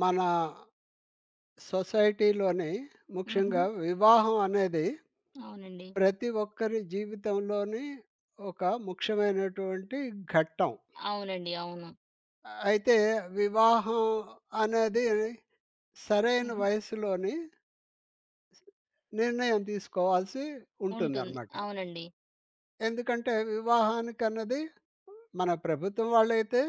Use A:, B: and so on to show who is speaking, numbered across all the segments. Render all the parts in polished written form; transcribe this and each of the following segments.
A: మన సొసైటీలోని
B: హుహు.
A: ముఖ్యంగా వివాహం అనేది
B: అవునండి.
A: ప్రతి ఒక్కరి జీవితంలోని ఒక ముఖ్యమైనటువంటి ఘట్టం.
B: అవునండి. అవును.
A: అయితే వివాహం అనేది సరైన
B: హుహు.
A: వయసులోని నిర్ణయం తీసుకోవాల్సి
B: ఉంటుంది.
A: ఉంటుందనమాట.
B: అవునండి.
A: ఎందుకంటే వివాహానికన్నది మన ప్రభుత్వం వాళ్ళైతే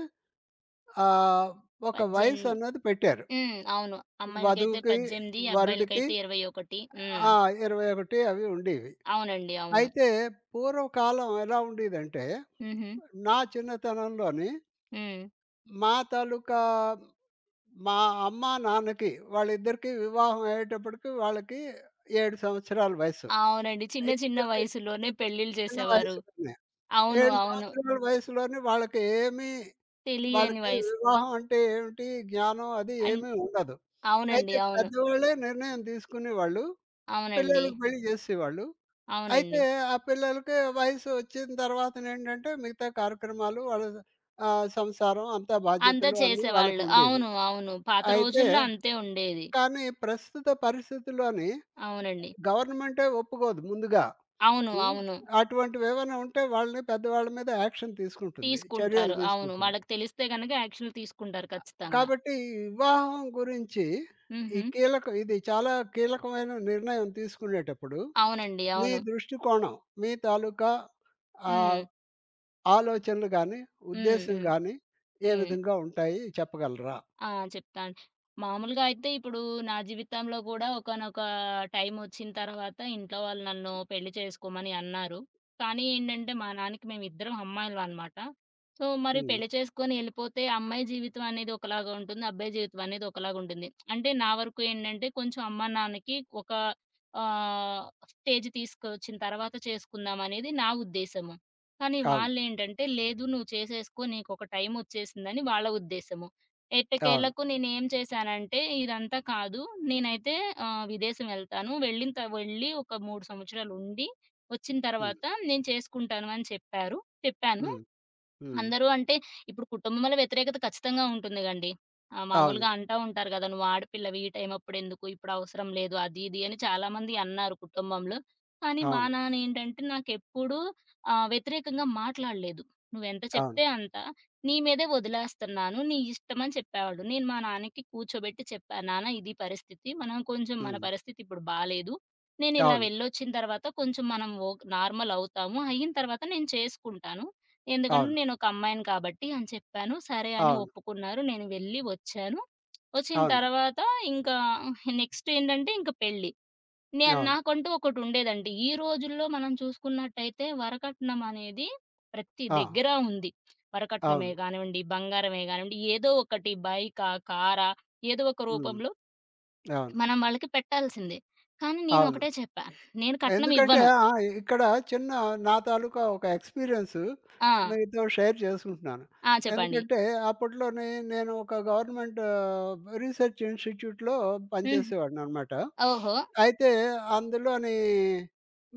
A: ఆహ్, ఒక
B: పద్దెన్
A: వయసు అన్నది పెట్టారు.
B: హ్మ్. అవును. అమ్మాయిలకైతే
A: వధువుకి,
B: 18,
A: వరుడికి
B: అబ్బాయిలకైతే 21. హ్మ్.
A: ఆ! 21 అవి ఉండేవి.
B: అవునండి. అవును.
A: అయితే పూర్వకాలం ఎలా ఉండేదంటే,
B: హుహు.
A: నా చిన్నతనంలోని
B: హ్మ్.
A: మా తాలూకా మా అమ్మ, నాన్నకి వాళ్ళిద్దరికీ వివాహం అయ్యేటప్పటికి వాళ్ళకి 7 సంవత్సరాల వయస్సు.
B: అవునండి. చిన్న చిన్న
A: ఇద్దరికీ
B: వయసులోనే పెళ్ళిళ్ళు
A: చిన్న
B: చేసేవారు.
A: వయసులోనే.
B: అవును.
A: 7
B: అవును.
A: సంవత్సరాల వయసులోనే వాళ్ళకి ఏమీ
B: తెలియని
A: వాళ్ళకి
B: వయసు.
A: వివాహం అంటే ఏమిటి, జ్ఞానం అది
B: అన్
A: ఏమీ ఉండదు.
B: అవునండి.
A: అయితే
B: అవును.
A: పెద్దవాళ్ళే నిర్ణయం తీసుకునేవాళ్ళు.
B: అవునండి.
A: పిల్లలకి పెళ్లి చేసేవాళ్ళు. అయితే
B: అవునండి.
A: ఆ పిల్లలకి వయసు వచ్చిన తర్వాతనేంటంటే మిగతా కార్యక్రమాలు వాళ్ళ సంసారం అంతా
B: అంతా
A: బాధ్యతలు అన్నీ
B: చేసేవాళ్ళు.
A: వాళ్ళకుండేవి.
B: అవును. అవును. పాత
A: అయితే
B: రోజుల్లో అంతే ఉండేది.
A: కానీ ప్రస్తుత పరిస్థితుల్లోని
B: అవునండి.
A: గవర్నమెంటే ఒప్పుకోదు ముందుగా.
B: అవును.
A: హ్మ్.
B: అవును.
A: అటువంటివేవైనా ఉంటే వాళ్ళని పెద్దవాళ్ళ మీద యాక్షన్ తీసుకుంటుంది.
B: తీసుకుంటారు.
A: చర్యలు
B: అవును.
A: తీసుకుంటుంది.
B: వాళ్ళకి తెలిస్తే గనక యాక్షన్‌లు తీసుకుంటారు ఖచ్చితంగా.
A: కాబట్టి ఈ వివాహం గురించి ఈ
B: హుహు.
A: కీలక ఇది చాలా కీలకమైన నిర్ణయం తీసుకునేటప్పుడు
B: అవునండి.
A: మీ
B: అవును.
A: దృష్టికోణం, మీ తాలూకా ఆహ్
B: హ్మ్.
A: ఆలోచనలు గాని,
B: హ్మ్.
A: ఉద్దేశ్యం
B: హ్మ్.
A: గాని ఏ
B: హ్మ్.
A: విధంగా ఉంటాయి చెప్పగలరా?
B: ఆ! చెప్తాను. మామూలుగా అయితే ఇప్పుడు నా జీవితంలో గూడా ఒకానొక టైమొచ్చిన తర్వాత ఇంట్లో వాళ్ళు నన్ను పెళ్లి చేసుకోమని అన్నారు. కానీ ఏంటంటే, మా నాన్నకి మేమిద్దరం అమ్మాయిలమనమాట. సో, మరి
A: హ్మ్.
B: పెళ్లి చేసుకొని ఎళ్ళిపోతే అమ్మాయి జీవితం అనేది ఒకలాగా ఉంటుంది. అబ్బాయి జీవితం అనేది ఒకలాగా ఉంటుంది. అంటే నా వరకు ఏంటంటే, కొంచెం అమ్మా, నాన్నకి ఒక ఆహ్, స్టేజ్ తీసుకొచ్చిన తర్వాత చేసుకుందామనేది నా ఉద్దేశము. కానీ
A: అవును.
B: వాళ్ళేంటంటే, లేదు నువ్వు చేసేసుకో నీకొక టైమొచ్చేసిందని వాళ్ళ ఉద్దేశము.
A: అవును.
B: ఎట్టకేలకు నేనేం చేశానంటే, ఇదంతా కాదు. నేనైతే విదేశం వెళ్తాను. వెళ్ళి ఒక 3 సంవత్సరాలుండి, వచ్చిన
A: హ్మ్.
B: తర్వాత నేను చేసుకుంటాను అని చెప్పారు. చెప్పాను.
A: హ్మ్. హ్మ్.
B: అందరూ అంటే ఇప్పుడు కుటుంబంలో వ్యతిరేకత ఖచ్చితంగా ఉంటుంది గండి.
A: అవును.
B: మామూలుగా అంటా ఉంటారు గదా! "నువ్వు ఆడపిల్లవి ఈ టైం అప్పుడెందుకు? ఇప్పుడవసరం లేదు." అది ఇది అని చాలామంది అన్నారు కుటుంబంలో. కానీ మా
A: అవును.
B: నాన్నేంటంటే నాకెప్పుడూ వ్యతిరేకంగా మాట్లాడలేదు. "నువ్వెంత
A: అవును.
B: చెప్తే అంత. నీ మీదే వదిలేస్తున్నాను. నీ ఇష్టమని" చెప్పేవాడు. నేను మా నాన్నకి కూర్చోబెట్టి చెప్పా, "నాన్న ఇది పరిస్థితి. మనం కొంచెం మన
A: హ్మ్.
B: పరిస్థితి ఇప్పుడు బాలేదు. నేనిలా
A: అవును.
B: వెళ్ళొచ్చిన తర్వాత కొంచెం మనం ఓక్ నార్మల్ అవుతాము. అయిన తర్వాత నేను చేసుకుంటాను." ఎందుకంటే
A: అవును.
B: నేనొక అమ్మాయిని కాబట్టి అని చెప్పాను. సరే అని
A: అవును.
B: ఒప్పుకున్నారు. నేను వెళ్ళి వచ్చాను. వచ్చిన
A: అవును.
B: తర్వాత ఇంకా నెక్స్ట్ ఏంటంటే ఇంక పెళ్లి.
A: అవును.
B: నాకంటూ ఒకటుండేదండి. ఈ రోజుల్లో మనం చూసుకున్నట్టయితే వరకట్నం అనేది ప్రతి
A: ఆ!
B: దగ్గర ఉంది. వరకట్నమే
A: అవును.
B: గానివ్వండి, బంగారమే గానివ్వండి, ఏదో ఒకటి బైకా, కారా ఏదో ఒక
A: హ్మ్.
B: రూపంలో
A: అవును.
B: మనం వాళ్ళకి పెట్టాల్సిందే. కానీ
A: అవును.
B: నేనొకటే చెప్పా. నేను కట్నం
A: ఎందుకంటే
B: ఇవ్వను.
A: ఆ! ఇక్కడ చిన్న నా తాలూకా ఒక ఎక్స్‌పీరియన్స్
B: ఆ!
A: మీతో షేర్ చేసుకుంటున్నాను.
B: ఆ! చెప్పండి.
A: ఎందుకంటే అప్పట్లోని నేను ఒక గవర్నమెంట్ రీసెర్చ్ ఇన్‌స్టిట్యూట్‌లో
B: హ్మ్.
A: పనిచేసేవాడిననమాట.
B: ఓహో!
A: అయితే అందులోని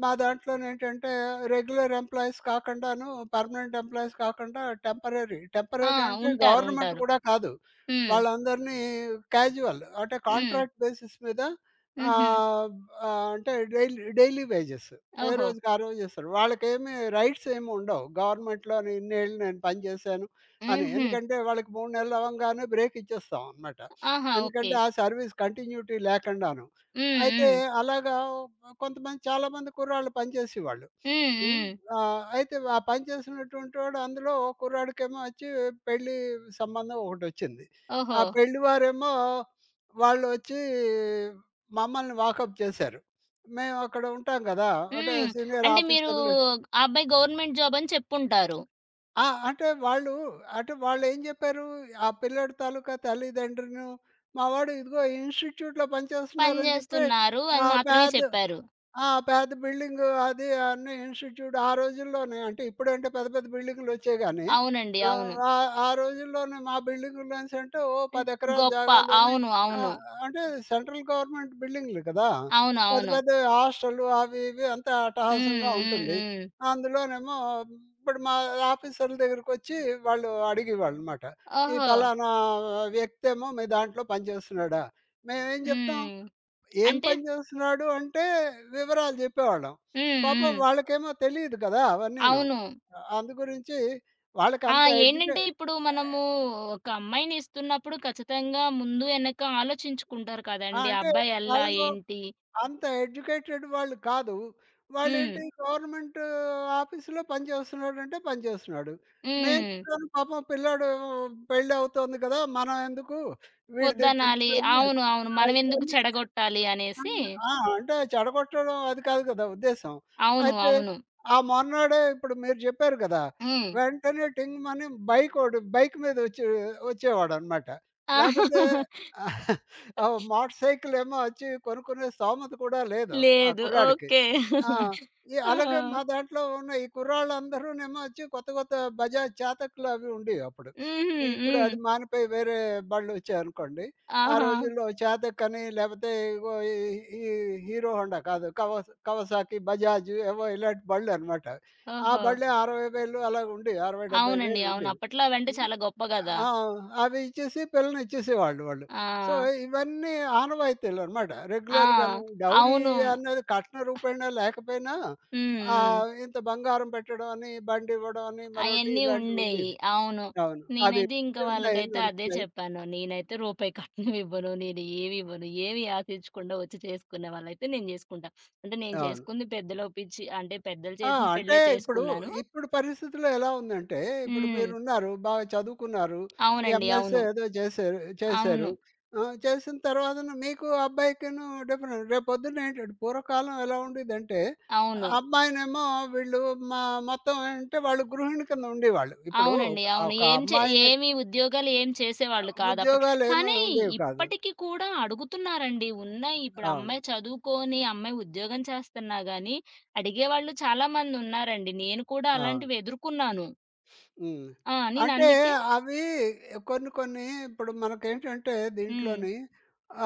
A: మా దాంట్లోనేంటంటే రెగ్యులర్ ఎంప్లాయీస్ కాకుండాను పర్మనెంట్ ఎంప్లాయీస్ కాకుండా టెంపరరీ.
B: ఆ!
A: టెంపరరీ అంటే
B: ఉంటారు.
A: గవర్నమెంట్
B: ఉంటారు.
A: కూడా కాదు.
B: హ్మ్.
A: వాళ్ళందరినీ క్యాజువల్ అంటే
B: హ్మ్.
A: కాంట్రాక్ట్ బేసిస్ మీద
B: హుహు.
A: ఆహ్, అంటే డైలీ డైలీ వేజెస్. ఏ
B: ఓహో!
A: రోజుకి ఆ రోజు ఇస్తారు. వాళ్ళకేమి రైట్స్ ఏమి ఉండవు. గవర్నమెంట్‌లోని ఇన్నేళ్ళు నేను పని చేశాను అని.
B: హుహు.
A: ఎందుకంటే వాళ్ళకి 3 నెలలు అవ్వంగానే బ్రేక్ ఇచ్చేస్తాం అనమాట.
B: ఆహా! ఓకే.
A: ఎందుకంటే ఆ సర్వీస్ కంటిన్యూటీ లేకుండాను.
B: హ్మ్.
A: అయితే
B: హ్మ్.
A: అలాగా కొంతమంది చాలామంది కుర్రాళ్ళు పనిచేసేవాళ్ళు.
B: హ్మ్.
A: హ్మ్.
B: హ్మ్.
A: అయితే ఆ పని చేసినటువంటి వాడు అందులో ఓ కుర్రాడికేమో వచ్చి పెళ్లి సంబంధం ఒకటొచ్చింది.
B: ఓహో!
A: ఆ పెళ్లి వారేమో వాళ్ళొచ్చి మమ్మల్ని వాకప్ చేశారు. మేము అక్కడ ఉంటాం గదా! అంటే
B: హ్మ్.
A: సీనియర్
B: అంటే మీరు
A: ఆఫీసర్‌లు
B: ఆ అబ్బాయి గవర్నమెంట్ జాబ్ అని చెప్పుంటారు.
A: ఆ! అంటే వాళ్ళు అంటే వాళ్ళేం జెప్పారు, ఆ పిల్లాడి తాలూకా తల్లిదండ్రులను, మా వాడు ఇదిగో ఈ ఇన్‌స్టిట్యూట్‌లో
B: పని
A: పనిచేస్తున్నారని జెప్పి
B: జేస్తున్నారు అని
A: ఆ
B: మాత్రమే
A: పెద్ద
B: చెప్పారు.
A: ఆ! పెద్ద బిల్డింగ్ అది అన్నీ ఇన్‌స్టిట్యూట్ ఆ రోజుల్లోనే అంటే ఇప్పుడంటే పెద్ద పెద్ద బిల్డింగులు వచ్చాయి గానీ,
B: అవునండి. అవును.
A: ఆ ఆ రోజుల్లోనే మా బిల్డింగుల్లోనేసంటే ఓ
B: హ్మ్.
A: 10 ఎకరాల
B: గొప్ప.
A: జాగాలోనే
B: అవును.
A: ఆ!
B: అవును.
A: అంటే సెంట్రల్ గవర్నమెంట్ బిల్డింగులు కదా!
B: అవును.
A: పెద్ద
B: అవును.
A: పెద్ద హాస్టళ్ళు అవి ఇవి అంతా
B: హ్మ్.
A: అట్టహాసంగా
B: హ్మ్.
A: ఉంటుంది.
B: హ్మ్.
A: అందులోనేమో ఇప్పుడు మా ఆఫీసర్ల దగ్గరికొచ్చి వాళ్ళు అడిగేవాళ్ళనమాట. "ఈ
B: ఓహో!
A: పలానా వ్యక్తేమో మీ దాంట్లో పనిచేస్తున్నాడా?" మేమేం చెప్తాం?
B: హ్మ్.
A: ఏం
B: అంటే
A: పని చేస్తున్నాడు అంటే వివరాలు చెప్పేవాళ్ళం.
B: హ్మ్.
A: పాపం
B: హ్మ్.
A: వాళ్ళకేమో తెలీదు కదా! అవన్నీను.
B: అవును.
A: అందుగురించి
B: ఆ!
A: వాళ్ళకంత ఎడ్యుకే
B: ఏంటంటే ఇప్పుడు మనము ఒక అమ్మాయిని ఇస్తున్నప్పుడు ఖచ్చితంగా ముందు వెనక ఆలోచించుకుంటారు
A: ఆ!
B: కదండీ!
A: అంటే
B: అబ్బాయి ఎలా?
A: వాళ్ళు
B: ఏంటి?
A: అంత ఎడ్యుకేటెడ్ వాళ్ళు కాదు.
B: హ్మ్.
A: వాళ్ళేంటి గవర్నమెంట్ ఆఫీస్‌లో పనిచేస్తున్నాడంటే పనిచేస్తున్నాడు. మేము
B: హ్మ్.
A: కూడాను పాపం పిల్లోడు పెళ్లి అవుతోంది కదా! మనం ఎందుకు వీడిది
B: వద్దనాలి.
A: టెంపరరీ
B: అవును. అవును.
A: ఆ!
B: మనమెందుకు
A: ఇవన్నీ
B: చెడగొట్టాలి
A: ఆ!
B: అనేసి.
A: ఆ! అంటే చెడగొట్టడం అది కాదు కదా ఉద్దేశ్యం.
B: అవును.
A: అయితే
B: అవును.
A: ఆ మొన్నాడే ఇప్పుడు మీరు చెప్పారు కదా!
B: హ్మ్.
A: వెంటనే టింగమని బైకోడు బైక్ మీద వచ్చేవాడనమాట.
B: ఆ!
A: లేపోతే ఆ మోటార్ సైకిల్ ఏమో వచ్చి కొనుక్కునే స్థోమత కూడా లేదు ఆ
B: లేదు.
A: కుర్రాడికి.
B: ఓకే.
A: ఆ! ఈ
B: ఆ!
A: అలాగే మా దాంట్లో ఉన్న ఈ కుర్రాళ్ళందరూనేమో వచ్చి కొత్త కొత్త బజాజ్ చేతకులు అవి ఉండేవి అప్పుడు.
B: హుహు.
A: ఇప్పుడు
B: హ్మ్.
A: అది మానిపోయి వేరే బళ్ళొచ్చాయనుకోండి. ఆ
B: ఆహా!
A: రోజుల్లో చేతకని లేకపోతే ఇగో ఈ ఈ హీరో హోండా కాదు కవ కవసాకి, బజాజ్ ఏవో ఇలాంటి బళ్ళనమాట. ఆ
B: ఓహో!
A: బళ్ళే 60,000 అలాగ ఉండేవి. 60,
B: అవునండి.
A: 70,000
B: అవును.
A: ఉండేవి.
B: అప్పట్లో అవంటే
A: హ్మ్.
B: చాలా గొప్ప గదా!
A: ఆ! అవి ఇచ్చేసి పిల్లని ఇచ్చేసేవాళ్ళు వాళ్ళు. సో,
B: ఆ!
A: ఇవన్నీ ఆనవాయితీలనమాట.
B: ఆ!
A: రెగ్యులర్‌గాను డౌరీ
B: అవును.
A: అనేది కట్న రూపేణా లేకపోయినా
B: హ్మ్. హ్మ్.
A: ఇంత బంగారం పెట్టడం అని, బండివ్వడం అని, మరొకటి
B: అయన్నీ
A: ఇలాంటివి
B: ఉండేయి.
A: ఉండేవి.
B: అవును.
A: అవును. అవి
B: నేనైతే ఇంక
A: ఇప్పటికి ఉన్నాయి
B: వాళ్ళకైతే అదే
A: నడుస్తున్నాయి.
B: చెప్పాను. నేనైతే రూపాయి కట్నం ఇవ్వను. నేను ఏమి ఇవ్వను. ఏమి ఆశించకుండా వచ్చి చేసుకునే వాళ్ళైతే నేను చేసుకుంటా. అంటే నేను
A: అవును.
B: చేసుకుంది పెద్దలు ఒప్పించి అంటే పెద్దలు
A: ఆ!
B: చేసిన
A: అంటే
B: పెళ్ళే
A: ఇప్పుడు,
B: చేసుకున్నాను.
A: ఇప్పుడు పరిస్థితిలో ఎలా ఉందంటే, ఇప్పుడు
B: హ్మ్.
A: మీరున్నారు, బాగా చదువుకున్నారు,
B: అవునండి.
A: ఎంఎస్
B: అవును.
A: ఏదో చేశారు
B: అవును.
A: చేశారు. ఆ! చేసిన తర్వాతను మీకు అబ్బాయికిను డిఫరెంట్ రేపొద్దున్న ఏంటంటే పూర్వకాలం ఎలా ఉండేదంటే,
B: అవును.
A: అమ్మాయినేమో వీళ్ళు మా మొత్తం అంటే వాళ్ళు గృహిణి కింద ఉండేవాళ్ళు. ఇప్పుడు
B: అవునండి.
A: ఒక
B: అవును.
A: ఒక
B: ఏం చే
A: అమ్మాయిని
B: ఏమి ఉద్యోగాలు ఏం చేసేవాళ్ళు కాదు అప్పట్లో.
A: ఉద్యోగాలేమి
B: కానీ
A: ఉండేవి కాదు.
B: ఇప్పటికి కూడా అడుగుతున్నారండి. ఉన్నాయి. ఇప్పుడు
A: అవును.
B: అమ్మాయి చదువుకొని, అమ్మాయి ఉద్యోగం చేస్తున్నా గానీ, అడిగేవాళ్ళు చాలామందున్నారండి. నేను కూడా
A: అవును.
B: అలాంటివి ఎదుర్కొన్నాను.
A: హ్మ్.
B: ఆ!
A: అంటే
B: నేనందుకే
A: అవి కొన్ని కొన్ని ఇప్పుడు మనకేంటంటే
B: హ్మ్.
A: దీంట్లోని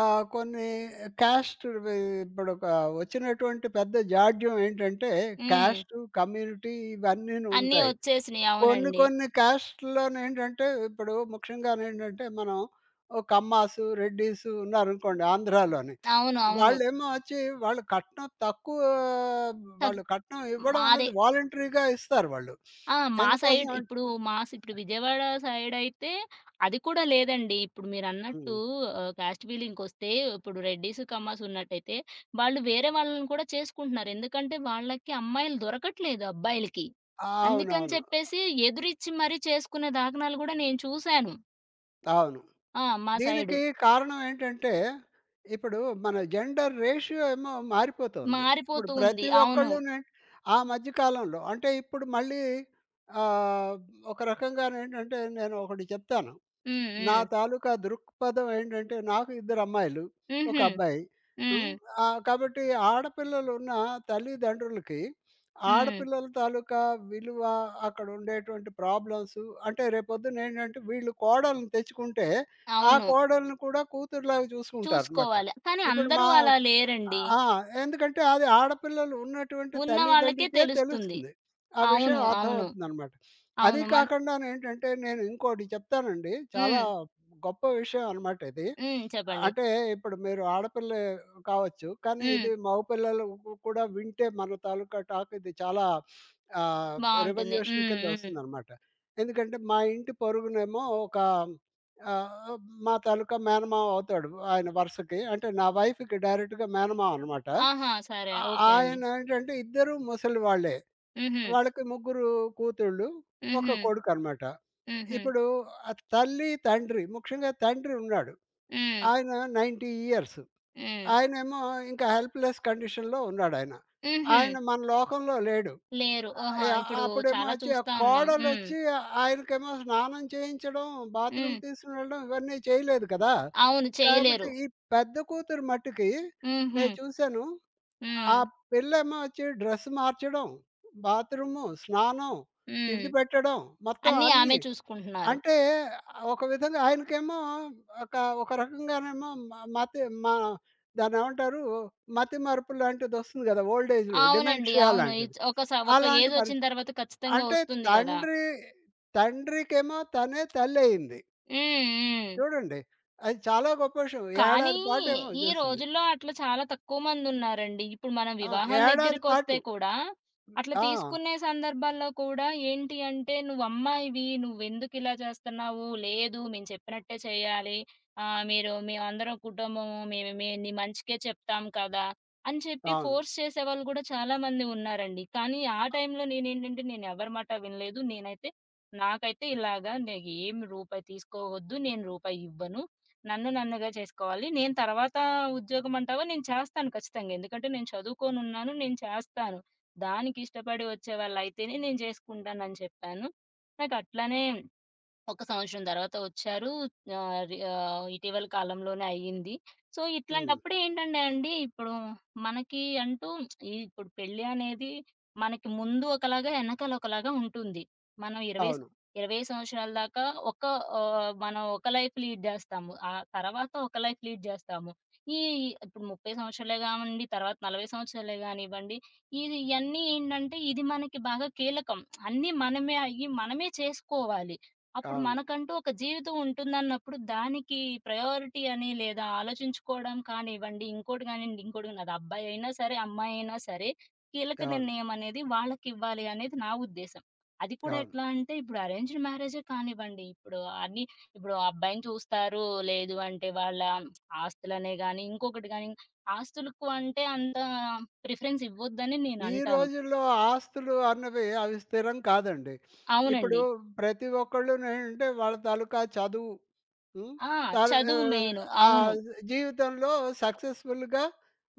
A: కొన్ని క్యాస్ట్ వి ఇప్పుడు ఒక వచ్చినటువంటి పెద్ద జాడ్యం ఏంటంటే
B: హ్మ్.
A: క్యాస్ట్, కమ్యూనిటీ ఇవన్నీను
B: అన్నీ
A: ఉంటాయి.
B: ఒచ్చేసినియి.
A: కొన్ని
B: అవునండి.
A: కొన్ని క్యాస్ట్‌లోనేంటంటే ఇప్పుడు ముఖ్యంగానేంటంటే మనం ఓ కమ్మాసు, రెడ్డీసు ఉన్నారనుకోండి ఆంధ్రాలోని.
B: అవును. అవును.
A: వాళ్ళేమో వచ్చి వాళ్ళు కట్నం తక్కువ
B: తగ్
A: వాళ్ళు కట్నం ఇవ్వడం
B: మాదే
A: అనేది వాలంటరీగా ఇస్తారు వాళ్ళు.
B: ఆ! మా
A: ఎందుకోసం
B: సైడ్
A: అం
B: ఇప్పుడు ఇప్పుడు విజయవాడ సైడయితే అది కూడా లేదండి. ఇప్పుడు మీరన్నట్టు
A: హ్మ్.
B: కాస్ట్ బిలింగ్‌కొస్తే ఇప్పుడు రెడ్డీస్, కమ్మాస్ ఉన్నట్టయితే వాళ్ళు వేరే వాళ్ళని కూడా చేసుకుంటున్నారు. ఎందుకంటే వాళ్ళకి అమ్మాయిలు దొరకట్లేదు అబ్బాయిలకి. అందుకని
A: అవునవును.
B: చెప్పేసి ఎదురిచ్చి మరీ చేసుకునే దాఖనాలు గూడా నేను చూసాను.
A: అవును.
B: ఆ! మా సైడు.
A: దీనికి కారణం ఏంటంటే, ఇప్పుడు మన జెండర్ రేషియో ఏమో మారిపోతుంది. ఇప్పుడు
B: మారిపోతూ ఉంది.
A: ప్రతి
B: అవును.
A: ఒక్కళ్ళునే ఆ మధ్య కాలంలో అంటే ఇప్పుడు మళ్ళీ ఆహ్, ఒక రకంగానేంటంటే నేను ఒకటి చెప్తాను.
B: హ్మ్.
A: నా
B: హ్మ్.
A: తాలూకా దృక్పథం ఏంటంటే నాకు ఇద్దరు అమ్మాయిలు, ఒక
B: హుహు.
A: అబ్బాయి. హ్మ్.
B: హ్మ్.
A: కాబట్టి ఆడపిల్లలున్న తల్లిదండ్రులకి
B: హ్మ్.
A: ఆడపిల్లల తాలూకా విలువ, అక్కడ ఉండేటువంటి ప్రాబ్లమ్స్ అంటే రేపొద్దున ఏంటంటే వీళ్ళు కోడల్ని తెచ్చుకుంటే, ఆ
B: అవును.
A: కోడల్ని కూడా కూతురులాగా చూసుకుంటారనమాట.
B: చూసుకోవాలి. కానీ
A: ఇప్పుడు
B: అందరూ
A: మా
B: అలా లేరండి.
A: ఆ! ఎందుకంటే అది ఆడపిల్లలు ఉన్నటువంటి
B: ఉన్న వాళ్ళకే
A: తల్లిదండ్రికే
B: తెలుస్తుంది.
A: తెలుస్తుంది. ఆ విషయం
B: అవును. అవును.
A: అర్థమవుతుందనమాట. అది
B: అవును.
A: కాకుండానేంటంటే నేను ఇంకోటి చెప్తానండి. చాలా
B: హ్మ్.
A: గొప్ప విషయం అనమాట ఇది.
B: హ్మ్. చెప్పండి.
A: అంటే ఇప్పుడు మీరు ఆడపిల్లే కావచ్చు. కానీ
B: హ్మ్.
A: ఇది మగపిల్లలు కూడా వింటే మన తాలూకా టాక్ ఇది చాలా ఆహ్,
B: బావుంటుంది.
A: రెవల్యూషన్
B: హ్మ్.
A: కింద
B: హ్మ్.
A: వస్తుందనమాట. ఎందుకంటే మా ఇంటి పొరుగునేమో ఒక ఆహ్, మా తాలూకా మేనమామ అవుతాడు ఆయన వరుసకి. అంటే నా వైఫ్‌కి డైరెక్ట్‌గా మేనమామ అనమాట.
B: ఆహా! సరే. ఓకే అండి.
A: ఆయనేంటంటే ఇద్దరు ముసలి వాళ్ళే.
B: హుహు.
A: వాళ్ళకి ముగ్గురు కూతుళ్ళు,
B: హుహు.
A: ఒక కొడుకనమాట.
B: హుహు.
A: ఇప్పుడు ఆ తల్లి, తండ్రి ముఖ్యంగా తండ్రి ఉన్నాడు.
B: హ్మ్.
A: ఆయన 90 ఇయర్స్.
B: హ్మ్.
A: ఆయనేమో ఇంకా హెల్ప్‌లెస్ కండిషన్‌లో ఉన్నాడాయన. ఆయన
B: హుహు.
A: ఆయన మన లోకంలో లేడు.
B: లేరు.
A: ఆహ్,
B: ఓహా!
A: యాహ్!
B: ఇప్పుడు
A: అప్పుడేమో
B: చాలా
A: వచ్చి ఆ
B: చూస్తా ఉన్నాం. హ్మ్.
A: కోడలొచ్చి ఆయనకేమో స్నానం చేయించడం, బాత్రూమ్
B: హ్మ్.
A: తీసుకుని వెళ్ళడం ఇవన్నీ చేయలేదు కదా!
B: అవును.
A: కాబట్టి
B: చేయలేరు.
A: ఈ పెద్ద కూతురు మట్టుకి
B: హుహు.
A: నేను చూసాను.
B: హ్మ్.
A: ఆ పిల్లేమో వచ్చి డ్రెస్ మార్చడం, బాత్రూము, స్నానం, తిండి
B: హ్మ్.
A: పెట్టడం మొత్తం
B: అన్నీ ఆమె
A: అన్నీ.
B: చూసుకుంటున్నారు.
A: అంటే ఒక విధంగా ఆయనకేమో ఒక ఒక రకంగానేమో మ మతి మా దాన్నేమంటారు? మతిమరుపు లాంటిదొస్తుంది కదా! ఓల్డ్ ఏజ్‌లో
B: అవునండి.
A: డిమెన్షియా
B: అవును.
A: లాంటిది.
B: ఇచ్ ఒక స ఒక
A: అలాంటి
B: ఏజొచ్చిన
A: పరిస్థితి.
B: తర్వాత ఖచ్చితంగా
A: అంటే
B: వస్తుంది గదా!
A: తండ్రి తండ్రికేమో తనే తల్లయింది.
B: హ్మ్. హ్మ్.
A: చూడండి అది చాలా గొప్ప విషయం.
B: కానీ,
A: ఏడాది పాటేమో
B: ఈ
A: చేసింది.
B: రోజుల్లో అట్లా చాలా తక్కువ మందున్నారండి. ఇప్పుడు మనం
A: ఆ!
B: వివాహం
A: ఏడాది
B: దగ్గరికొస్తే
A: పాటు.
B: కూడా, అట్లా
A: ఆ!
B: తీసుకునే సందర్భాల్లో కూడా ఏంటి అంటే, "నువ్వు అమ్మాయివి, నువ్వెందుకిలా చేస్తున్నావు? లేదు, మేము చెప్పినట్టే చేయాలి. మీరు మేమందరం కుటుంబము, మేము నీ మంచికే చెప్తాం కదా!" అని చెప్పి
A: అవును.
B: ఫోర్స్ చేసేవాళ్ళు గూడా చాలా మంది ఉన్నారండి. కానీ, ఆ టైంలో నేనేంటంటే, నేనెవరి మాట వినలేదు. నేనైతే నాకైతే ఇలాగా నే ఏం రూపాయి తీసుకోవద్దు. నేను రూపాయివ్వను. నన్ను నన్నుగా చేసుకోవాలి. నేను తర్వాత ఉద్యోగం అంటావా నేను చేస్తాను ఖచ్చితంగా. ఎందుకంటే నేను చదువుకోనున్నాను. నేను చేస్తాను. దానికి ఇష్టపడి వచ్చేవాళ్ళైతేనే నేను జేసుకుంటానని చెప్పాను. నాకట్లనే ఒక సంవత్సరం తర్వాత వచ్చారు. ఇటీవల కాలంలోనే అయింది. సో,
A: హ్మ్.
B: ఇట్లాంటప్పుడు ఏంటంటే అండి, ఇప్పుడు మనకి అంటూ ఈ ఇప్పుడు పెళ్లి అనేది మనకి ముందు ఒకలాగా, ఎనకాల ఒకలాగా ఉంటుంది. మనం
A: అవును.
B: 20 సంవత్సరాల దాకా ఒక మనం ఒక లైఫ్ లీడ్ జేస్తాము. ఆ తర్వాత ఒక లైఫ్ లీడ్ జేస్తాము. ఈ ఇప్పుడు 30 సంవత్సరాలే గావండి, తర్వాత 40 సంవత్సరాలే గానివ్వండి, ఇయన్నీ ఏంటంటే, ఇది మనకి బాగా కీలకం. అన్నీ మనమే అయ్యి, మనమే చేసుకోవాలి. అప్పుడు
A: అవును.
B: మనకంటూ ఒక జీవితం ఉంటుందన్నప్పుడు దానికి ప్రయారిటీ అని లేదా ఆలోచించుకోవడం కానివ్వండి, ఇంకోటి కానివ్వండి, ఇంకోటి కాని అది అబ్బాయి అయినా సరే, అమ్మాయి అయినా సరే కీలక
A: అవును.
B: నిర్ణయం అనేది వాళ్ళకివ్వాలి అనేది నా ఉద్దేశం. అది కూడా
A: అవును.
B: ఎట్లా అంటే ఇప్పుడు అరేంజ్డ్ మ్యారేజే కానివ్వండి, ఇప్పుడు అన్ని ఇప్పుడు ఆ అబ్బాయిని చూస్తారు, లేదు అంటే వాళ్ళ ఆస్తులనే గాని, ఇంకొకటి గాని ఆస్తులకు అంటే అంత ప్రిఫరెన్స్ ఇవ్వొద్దని
A: ఈ
B: నేనంటాను.
A: రోజుల్లో ఆస్తులు అన్నవి అవి స్థిరం కాదండి. ఇప్పుడు
B: అవునండి.
A: ప్రతి ఒక్కళ్ళునేంటంటే వాళ్ళ తాలూకా చదువు హ్మ్.
B: ఆ!
A: తర్
B: చదువు మెయిను.
A: ఆ
B: అవును.
A: జీవితంలో సక్సెస్‌ఫుల్‌గా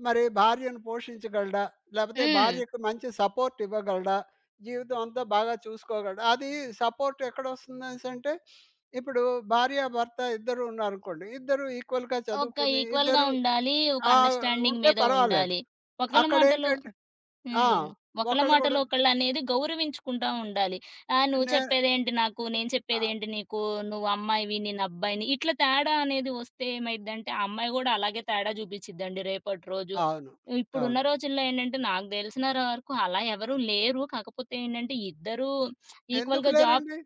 A: మరి భార్యను పోషించగలడా? లేపోతే
B: హ్మ్.
A: భార్యకి మంచి సపోర్ట్ ఇవ్వగలడా? జీవితం అంతా బాగా చూసుకోగలడా? అది సపోర్ట్ ఎక్కడొస్తుందనేసంటే, ఇప్పుడు భార్యాభర్త ఇద్దరు ఉన్నారనుకోండి. ఇద్దరు ఈక్వల్‌గా
B: ఒక
A: చదువుకుని
B: ఈక్వల్‌గా
A: ఇద్దరు
B: ఉండాలి. ఒక
A: ఆహ్,
B: అండర్‌స్టాండింగ్
A: ఉంటే
B: మీద
A: పర్వాలేదు.
B: ఉండాలి. ఒకళ్ళ మాటలు
A: అక్కడేంటంటే ఆ!
B: హ్మ్. ఒకళ్ళ
A: ఒకళ్ళు
B: మాటలు
A: గూడా
B: ఒకళ్ళనేది గౌరవించుకుంటా ఉండాలి. "నువ్వు
A: నే
B: చెప్పేదేంటి నాకు? నేను
A: అ
B: చెప్పేదేంటి నీకు? నువ్వు అమ్మాయివి. నేను అబ్బాయిని." ఇట్లా తేడా అనేది వస్తే ఏమైద్దంటే, ఆ అమ్మాయి గూడా అలాగే తేడా చూపిచ్చిద్దండి రేపటి రోజు.
A: అవును.
B: ఇప్పుడున్న
A: అవును.
B: రోజుల్లో ఏంటంటే, నాకు తెలిసిన వరకు అలా ఎవరు లేరు. కాకపోతే ఏంటంటే, ఇద్దరూ
A: ఎందుకు
B: ఈక్వల్‌గా జాబ్
A: లేరండి?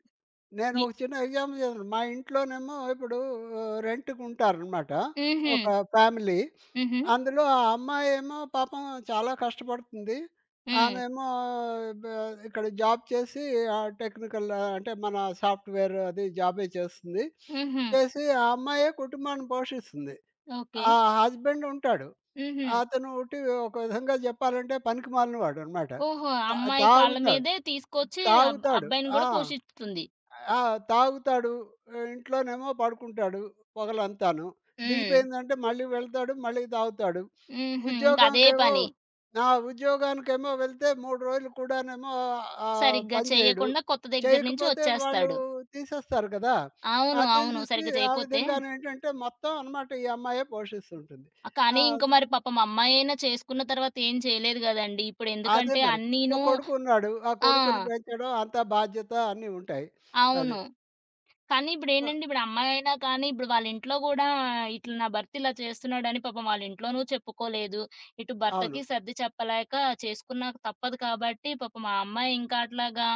A: నేను
B: ఇ
A: ఒక చిన్న ఎగ్జాంపుల్ చెప్తాను. మా ఇంట్లోనేమో ఇప్పుడు రెంట్‌కి ఉంటారనమాట.
B: హుహు.
A: ఒక ఫ్యామిలీ.
B: హుహు.
A: అందులో ఆ అమ్మాయేమో పాపం చాలా కష్టపడుతుంది.
B: హ్మ్.
A: ఆమేమో బ ఇక్కడ జాబ్ చేసి టెక్నికల్ అంటే మన సాఫ్ట్‌వేర్ అది జాబే చేస్తుంది.
B: హుహు.
A: చేసి ఆ అమ్మాయే కుటుంబాన్ని పోషిస్తుంది.
B: ఓకే.
A: ఆ హస్బెండ్ ఉంటాడు.
B: హుహు.
A: అతను ఉట్టి ఒక విధంగా చెప్పాలంటే పనికి మాలినవాడనమాట.
B: ఓహో!
A: తా
B: అమ్మాయి కాళ్ళ
A: తాగుతాడు.
B: మీదే తీసుకొచ్చి
A: తాగుతాడు.
B: అబ్బాయిని
A: ఆ!
B: గూడా పోషిస్తుంది.
A: ఆ! తాగుతాడు. ఇంట్లోనేమో పడుకుంటాడు పగలంతాను.
B: హ్మ్.
A: దిగిపోయిందంటే మళ్ళీ వెళ్తాడు, మళ్ళీ తాగుతాడు.
B: హుహు. ఇంక అదే
A: ఉద్యోగంకేమో
B: పని.
A: ఆ! ఉద్యోగానికేమో వెళ్తే 3 రోజులు కూడానేమో
B: సరిగ్గా
A: పని చేయడు.
B: చేయకుండా కొత్త దగ్గర నుంచి
A: చేయకపోతే వాళ్ళు
B: వచ్చేస్తాడు.
A: తీసేస్తారు కదా! ఆ
B: అవును. అవును.
A: తీసేసి
B: సరిగ్గా
A: ఆ
B: చేయపోతే
A: విధంగానేంటంటే మొత్తం అన్నమాట ఈ అమ్మాయే పోషిస్తుంటుంది. ఆ!
B: కానీ ఇంక
A: అదే
B: మరి పాపం అమ్మాయైనా చేసుకున్న తర్వాత ఏం చేయలేదు గదండీ! ఇప్పుడు
A: అదే
B: ఎందుకంటే
A: మరి. ఓ
B: అన్నీను
A: కొడుకున్నాడు. ఆ కొడుకుని
B: ఆ!
A: పెంచడం అంతా బాధ్యత అన్నీ ఉంటాయి. అది.
B: అవును. కానీ
A: సో
B: ఇప్పుడేంటంటే, ఇప్పుడు అమ్మాయైనా కానీ, ఇప్పుడు వాళ్ళింట్లో గూడా ఇట్లా నా భర్త ఇలా చేస్తున్నాడని పాపం వాళ్ళింట్లోనూ చెప్పుకోలేదు. ఇటు
A: అవును.
B: భర్తకి సర్ది చెప్పలేక చేసుకున్నాక తప్పదు కాబట్టి, పాపం ఆ అమ్మాయి ఇంకా అట్లాగా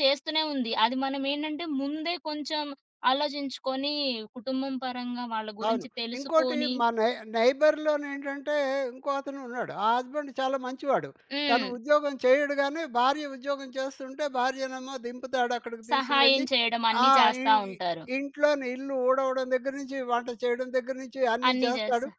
B: చేస్తూనే ఉంది. అది మనమేంటంటే, ముందే కొంచెం ఆలోచించుకొని, కుటుంబం పరంగా వాళ్ళ
A: అవును.
B: గురించి
A: ఇంకోటి
B: తెలుసుకొని
A: మా నై నైబర్‌లోనేంటంటే, ఇంకో అతను ఉన్నాడు. ఆ హస్బెండ్ చాలా మంచివాడు. తను
B: హ్మ్.
A: ఉద్యోగం చేయడు గానీ, భార్య ఉద్యోగం చేస్తుంటే, భార్యనేమో దింపుతాడు అక్కడికి తీసుకొని
B: సహాయం
A: వెళ్ళి.
B: చేయడం
A: ఆ!
B: అన్నీ
A: ఇం
B: చేస్తా ఉంటారు.
A: ఇంట్లోని ఇల్లు ఊడవడం దగ్గర నుంచి, వంట చేయడం దగ్గర నుంచి అన్నీ
B: అన్నీ
A: చేస్తాడు.
B: చేస్తా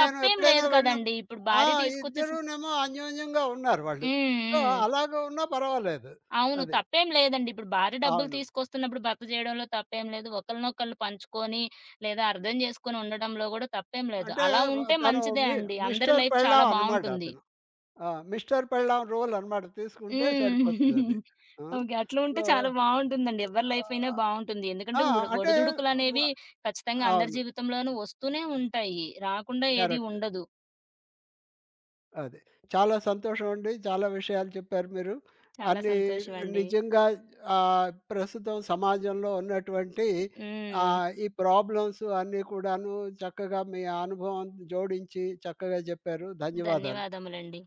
A: నేను ఎప్పుడైనా
B: లేదు
A: వెళ్ళినప్పుడు
B: కదండీ! ఇప్పుడు
A: ఆ!
B: భార్య తీసుకొచ్చి స
A: ఇద్దరూనేమో అన్యోన్యంగా ఉన్నారు వాళ్ళు.
B: హ్మ్.
A: సో,
B: హ్మ్.
A: అలాగే ఉన్నా పర్వాలేదు.
B: అవును.
A: అది.
B: తప్పేం లేదండి. ఇప్పుడు భార్య డబ్బులు
A: అవును.
B: తీసుకొస్తున్నప్పుడు భర్త చేయడంలో తప్పేం లేదు. ఒకళ్ళనొకళ్ళు పంచుకొని లేదా అర్థం చేసుకొని ఉండడంలో గూడా తప్పేం లేదు.
A: అంటే
B: అలా
A: వ
B: ఉంటే
A: తను
B: మంచిదే
A: మి
B: అండి. అందరి
A: మిస్టర్
B: లైఫ్
A: పెళ్ళాం
B: చాలా
A: అనమాట
B: బావుంటుంది.
A: అతను. ఆ! మిస్టర్ పెళ్ళాం రోల్ అన్నమాట తీసుకుంటే
B: హ్మ్.
A: సరిపోతుందది. ఆ!
B: ఓకే. అట్లా ఉంటే
A: సో,
B: చాలా బావుంటుందండి. ఎవరి లైఫ్ అయినా బావుంటుంది. ఎందుకంటే
A: ఆ! అంటే వ
B: ఒడిదుడుకులనేవి ఖచ్చితంగా అందరి
A: అవును.
B: జీవితంలోనూ వస్తూనే ఉంటాయి. రాకుండా ఏది
A: కరెక్ట్.
B: ఉండదు.
A: అది. చాలా సంతోషమండి. చాలా విషయాలు చెప్పారు మీరు.
B: చాలా
A: అన్నీ
B: సంతోషమండి.
A: నిజంగా ప్రస్తుతం సమాజంలో ఉన్నటువంటి
B: హ్మ్.
A: ఈ ప్రాబ్లమ్స్ అన్నీ కూడాను చక్కగా మీ అనుభవం జోడించి చక్కగా చెప్పారు. ధన్యవాదాలు.
B: ధన్యవాదములండి.